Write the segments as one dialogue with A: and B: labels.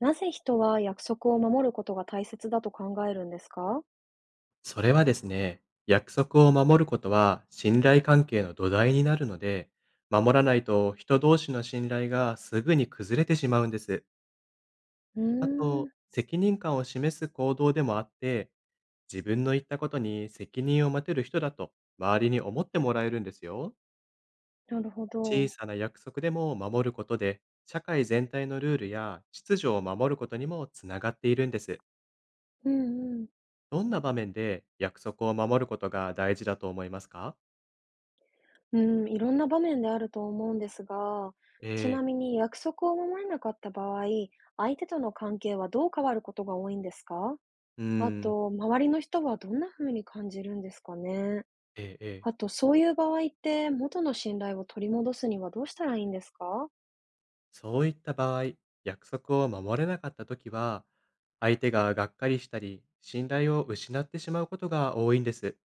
A: なぜ人は約束を守ることが大切だと考えるんですか？
B: それはですね、約束を守ることは信頼関係の土台になるので、守らないと人同士の信頼がすぐに崩れてしまうんです。
A: うー
B: あ
A: ん、
B: と、責任感を示す行動でもあって、自分の言ったことに責任を持てる人だと周りに思ってもらえるんですよ。
A: なるほ
B: 小
A: ど。
B: さな約束でも守ることで、社会全体のルールや秩序を守ることにもつながっているんです。
A: うんうん。
B: どんな場面で約束を守ることが大事だと思いますか？
A: うん、いろんな場面であると思うんですが、ちな
B: ええ、
A: みに約束を守れなかった場合、相手との関係はどう変わることが多いんですか？
B: うー
A: あ
B: ん。
A: と、周りの人はどんな風に感じるんですかね。
B: ええええ。
A: あと、そういう場合って元の信頼を取り戻すにはどうしたらいいんですか？
B: そういった場合、約束を守れなかったときは、相手ががっかりしたり、信頼を失ってしまうことが多いんです。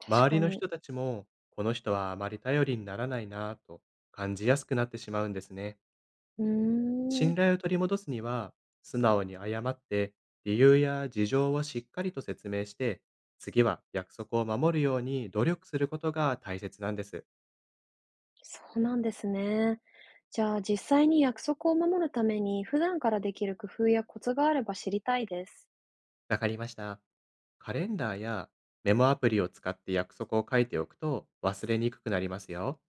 A: 確
B: 周
A: か
B: りの
A: に。
B: 人たちも、この人はあまり頼りにならないなぁと感じやすくなってしまうんですね。
A: うー
B: 信
A: ん。
B: 頼を取り戻すには、素直に謝って、理由や事情をしっかりと説明して、次は約束を守るように努力することが大切なんです。
A: そうなんですね。じゃあ実際に約束を守るために普段からできる工夫やコツがあれば知りたいです。
B: わかりました。カレンダーやメモアプリを使って約束を書いておくと忘れにくくなりますよ。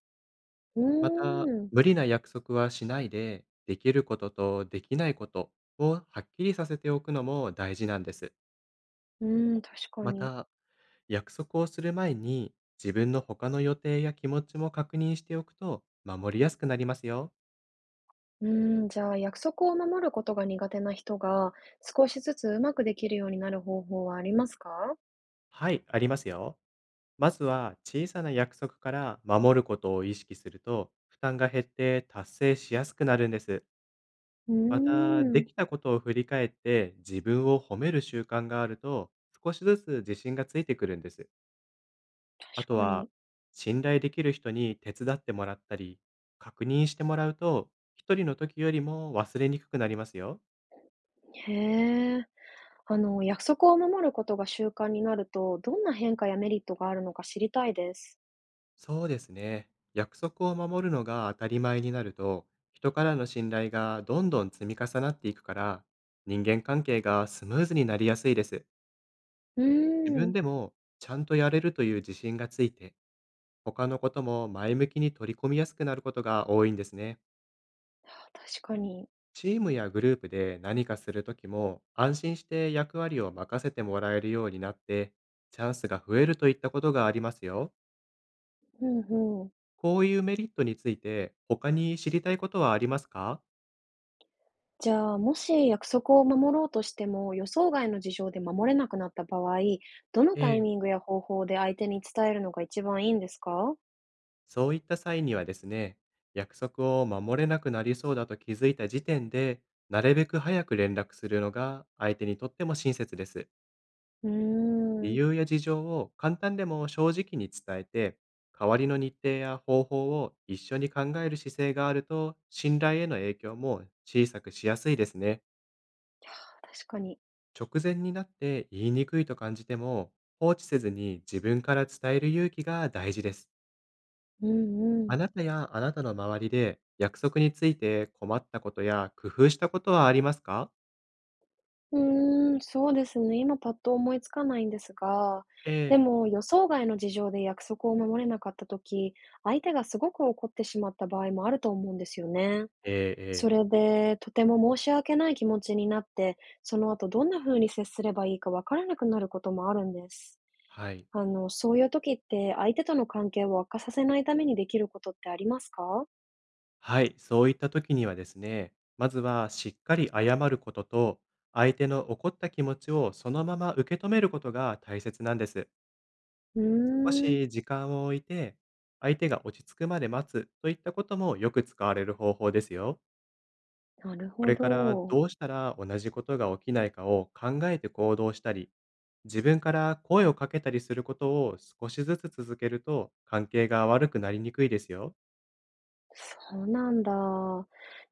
A: う
B: また、
A: ーん。
B: 無理な約束はしないで、できることとできないことをはっきりさせておくのも大事なんです。
A: うーん、確か
B: ま
A: に。
B: た、約束をする前に自分の他の予定や気持ちも確認しておくと守りやすくなりますよ。
A: うーん、じゃあ約束を守ることが苦手な人が少しずつうまくできるようになる方法はありますか？
B: はい、ありますよ。まずは小さな約束から守ることを意識すると負担が減って達成しやすくなるんです。
A: うー
B: また、で
A: ん、
B: きたことを振り返って自分を褒める習慣があると、少しずつ自信がついてくるんです。あ
A: 確
B: と
A: か
B: は、
A: に。
B: 信頼できる人に手伝ってもらったり、確認してもらうと、一人の時よりも忘れにくくなりますよ。
A: へえ。あの、約束を守ることが習慣になると、どんな変化やメリットがあるのか知りたいです。
B: そうですね。約束を守るのが当たり前になると、人からの信頼がどんどん積み重なっていくから、人間関係がスムーズになりやすいです。
A: うー
B: 自
A: ん、
B: 分でもちゃんとやれるという自信がついて、他のことも前向きに取り込みやすくなることが多いんですね。
A: 確かに。
B: チームやグループで何かするときも安心して役割を任せてもらえるようになって、チャンスが増えるといったことがありますよ。
A: うんうん。
B: こういうメリットについて他に知りたいことはありますか？
A: じゃあ、もし約束を守ろうとしても、予想外の事情で守れなくなった場合、どの
B: え
A: タイ
B: え。
A: ミングや方法で相手に伝えるのが一番いいんですか？
B: そういった際にはですね、約束を守れなくなりそうだと気づいた時点でなるべく早く連絡するのが相手にとっても親切です。
A: うー
B: 理
A: ん、
B: 由や事情を簡単でも正直に伝えて、代わりの日程や方法を一緒に考える姿勢があると、信頼への影響も小さくしやすいですね。
A: 確かに。
B: 直前になって言いにくいと感じても、放置せずに自分から伝える勇気が大事です。
A: うんうん。
B: あなたやあなたの周りで約束について困ったことや工夫したことはありますか？
A: うーん、そうですね。今パッと思いつかないんですが、で
B: ええ
A: も予想外の事情で約束を守れなかった時、相手がすごく怒ってしまった場合もあると思うんですよね。
B: え
A: そ
B: えええ、
A: れで、とても申し訳ない気持ちになって、その後どんな風に接すればいいかわからなくなることもあるんです。
B: はい。
A: あの、そういう時って相手との関係を悪化させないためにできることってありますか？
B: はい、そういった時にはですね、まずはしっかり謝ることと、相手の怒った気持ちをそのまま受け止めることが大切なんです。
A: うー
B: 少
A: ん、
B: し時間を置いて、相手が落ち着くまで待つといったこともよく使われる方法ですよ。
A: なる
B: こ
A: ほ
B: れから
A: ど。
B: どうしたら同じことが起きないかを考えて行動したり、自分から声をかけたりすることを少しずつ続けると関係が悪くなりにくいですよ。
A: そうなんだ。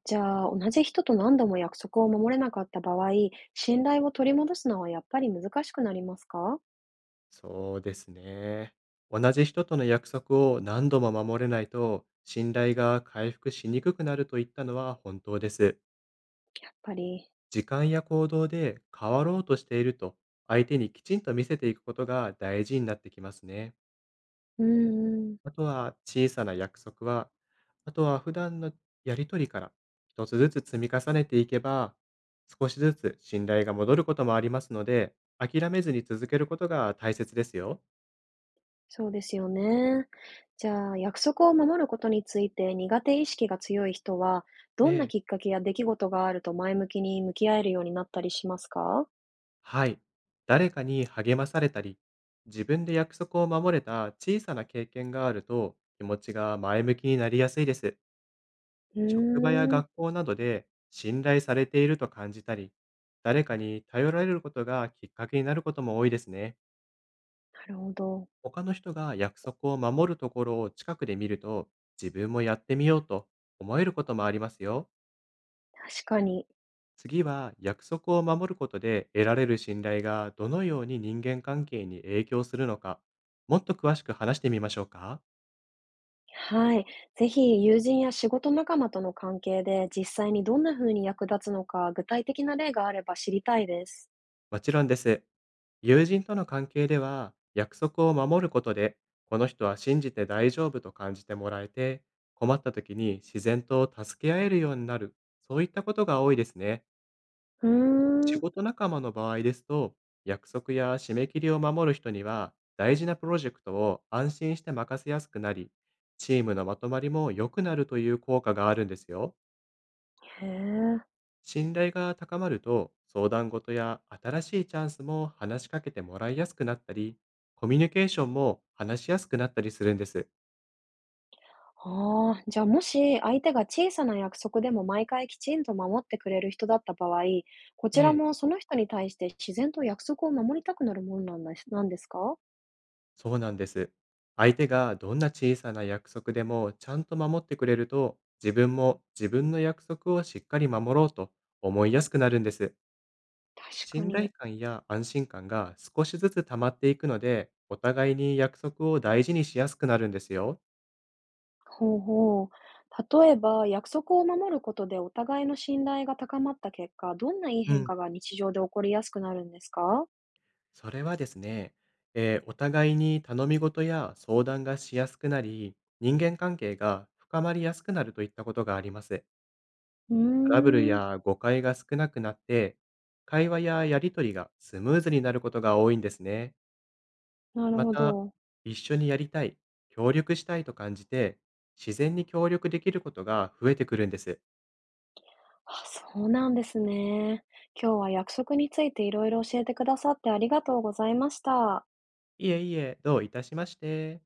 A: じゃあ、同じ人と何度も約束を守れなかった場合、信頼を取り戻すのはやっぱり難しくなりますか？
B: そうですね。同じ人との約束を何度も守れないと、信頼が回復しにくくなるといったのは本当です。
A: やっぱり。
B: 時間や行動で変わろうとしていると、相手にきちんと見せていくことが大事になってきますね。
A: うんうん。
B: あとは小さな約束は、あとは普段のやりとりから一つずつ積み重ねていけば、少しずつ信頼が戻ることもありますので、諦めずに続けることが大切ですよ。
A: そうですよね。じゃあ、約束を守ることについて苦手意識が強い人は、どんな
B: え
A: きっ
B: え、
A: かけや出来事があると前向きに向き合えるようになったりしますか？
B: はい。誰かに励まされたり、自分で約束を守れた小さな経験があると気持ちが前向きになりやすいです。
A: うー
B: 職場や
A: ん、な
B: 学校などで信頼されていると感じたり、誰かに頼られることがきっかけになることも多いですね。
A: るほど。
B: 他の人が約束を守るところを近くで見ると、自分もやってみようと思えることもありますよ。
A: 確かに。
B: 次は約束を守ることで得られる信頼がどのように人間関係に影響するのか、もっと詳しく話してみましょうか？
A: はい。ぜひ、友人や仕事仲間との関係で実際にどんな風に役立つのか、具体的な例があれば知りたいです。
B: もちろんです。友人との関係では約束を守ることで、この人は信じて大丈夫と感じてもらえて、困った時に自然と助け合えるようになる、そういったことが多いですね。
A: うー
B: 仕
A: ん、
B: 事仲間の場合ですと、約束や締め切りを守る人には、大事なプロジェクトを安心して任せやすくなり、チームのまとまりも良くなるという効果があるんですよ。
A: へえ。
B: 信頼が高まると、相談事や新しいチャンスも話しかけてもらいやすくなったり、コミュニケーションも話しやすくなったりするんです。
A: ああ、じゃあもし相手が小さな約束でも毎回きちんと守ってくれる人だった場合、こ
B: え
A: ちらも
B: え。
A: その人に対して自然と約束を守りたくなるものなんですか？
B: そうなんです。相手がどんな小さな約束でもちゃんと守ってくれると、自分も自分の約束をしっかり守ろうと思いやすくなるんです。
A: 確か
B: 信頼
A: に。
B: 感や安心感が少しずつ溜まっていくので、お互いに約束を大事にしやすくなるんですよ。
A: ほうほう。例えば、約束を守ることでお互いの信頼が高まった結果、どんないい
B: う
A: 変
B: ん。
A: 化が日常で起こりやすくなるんですか？
B: それはですね、お互いに頼み事や相談がしやすくなり、人間関係が深まりやすくなるといったことがあります。
A: うー
B: トラブル
A: ん、
B: や誤解が少なくなって、会話ややりとりがスムーズになることが多いんですね。
A: なる
B: ま
A: ほ
B: た、
A: ど。
B: 一緒にやりたい、協力したいと感じて、自然に協力できることが増えてくるんです。
A: あ、そうなんですね。今日は約束についていろいろ教えてくださってありがとうございました。
B: いえいえ、どういたしまして。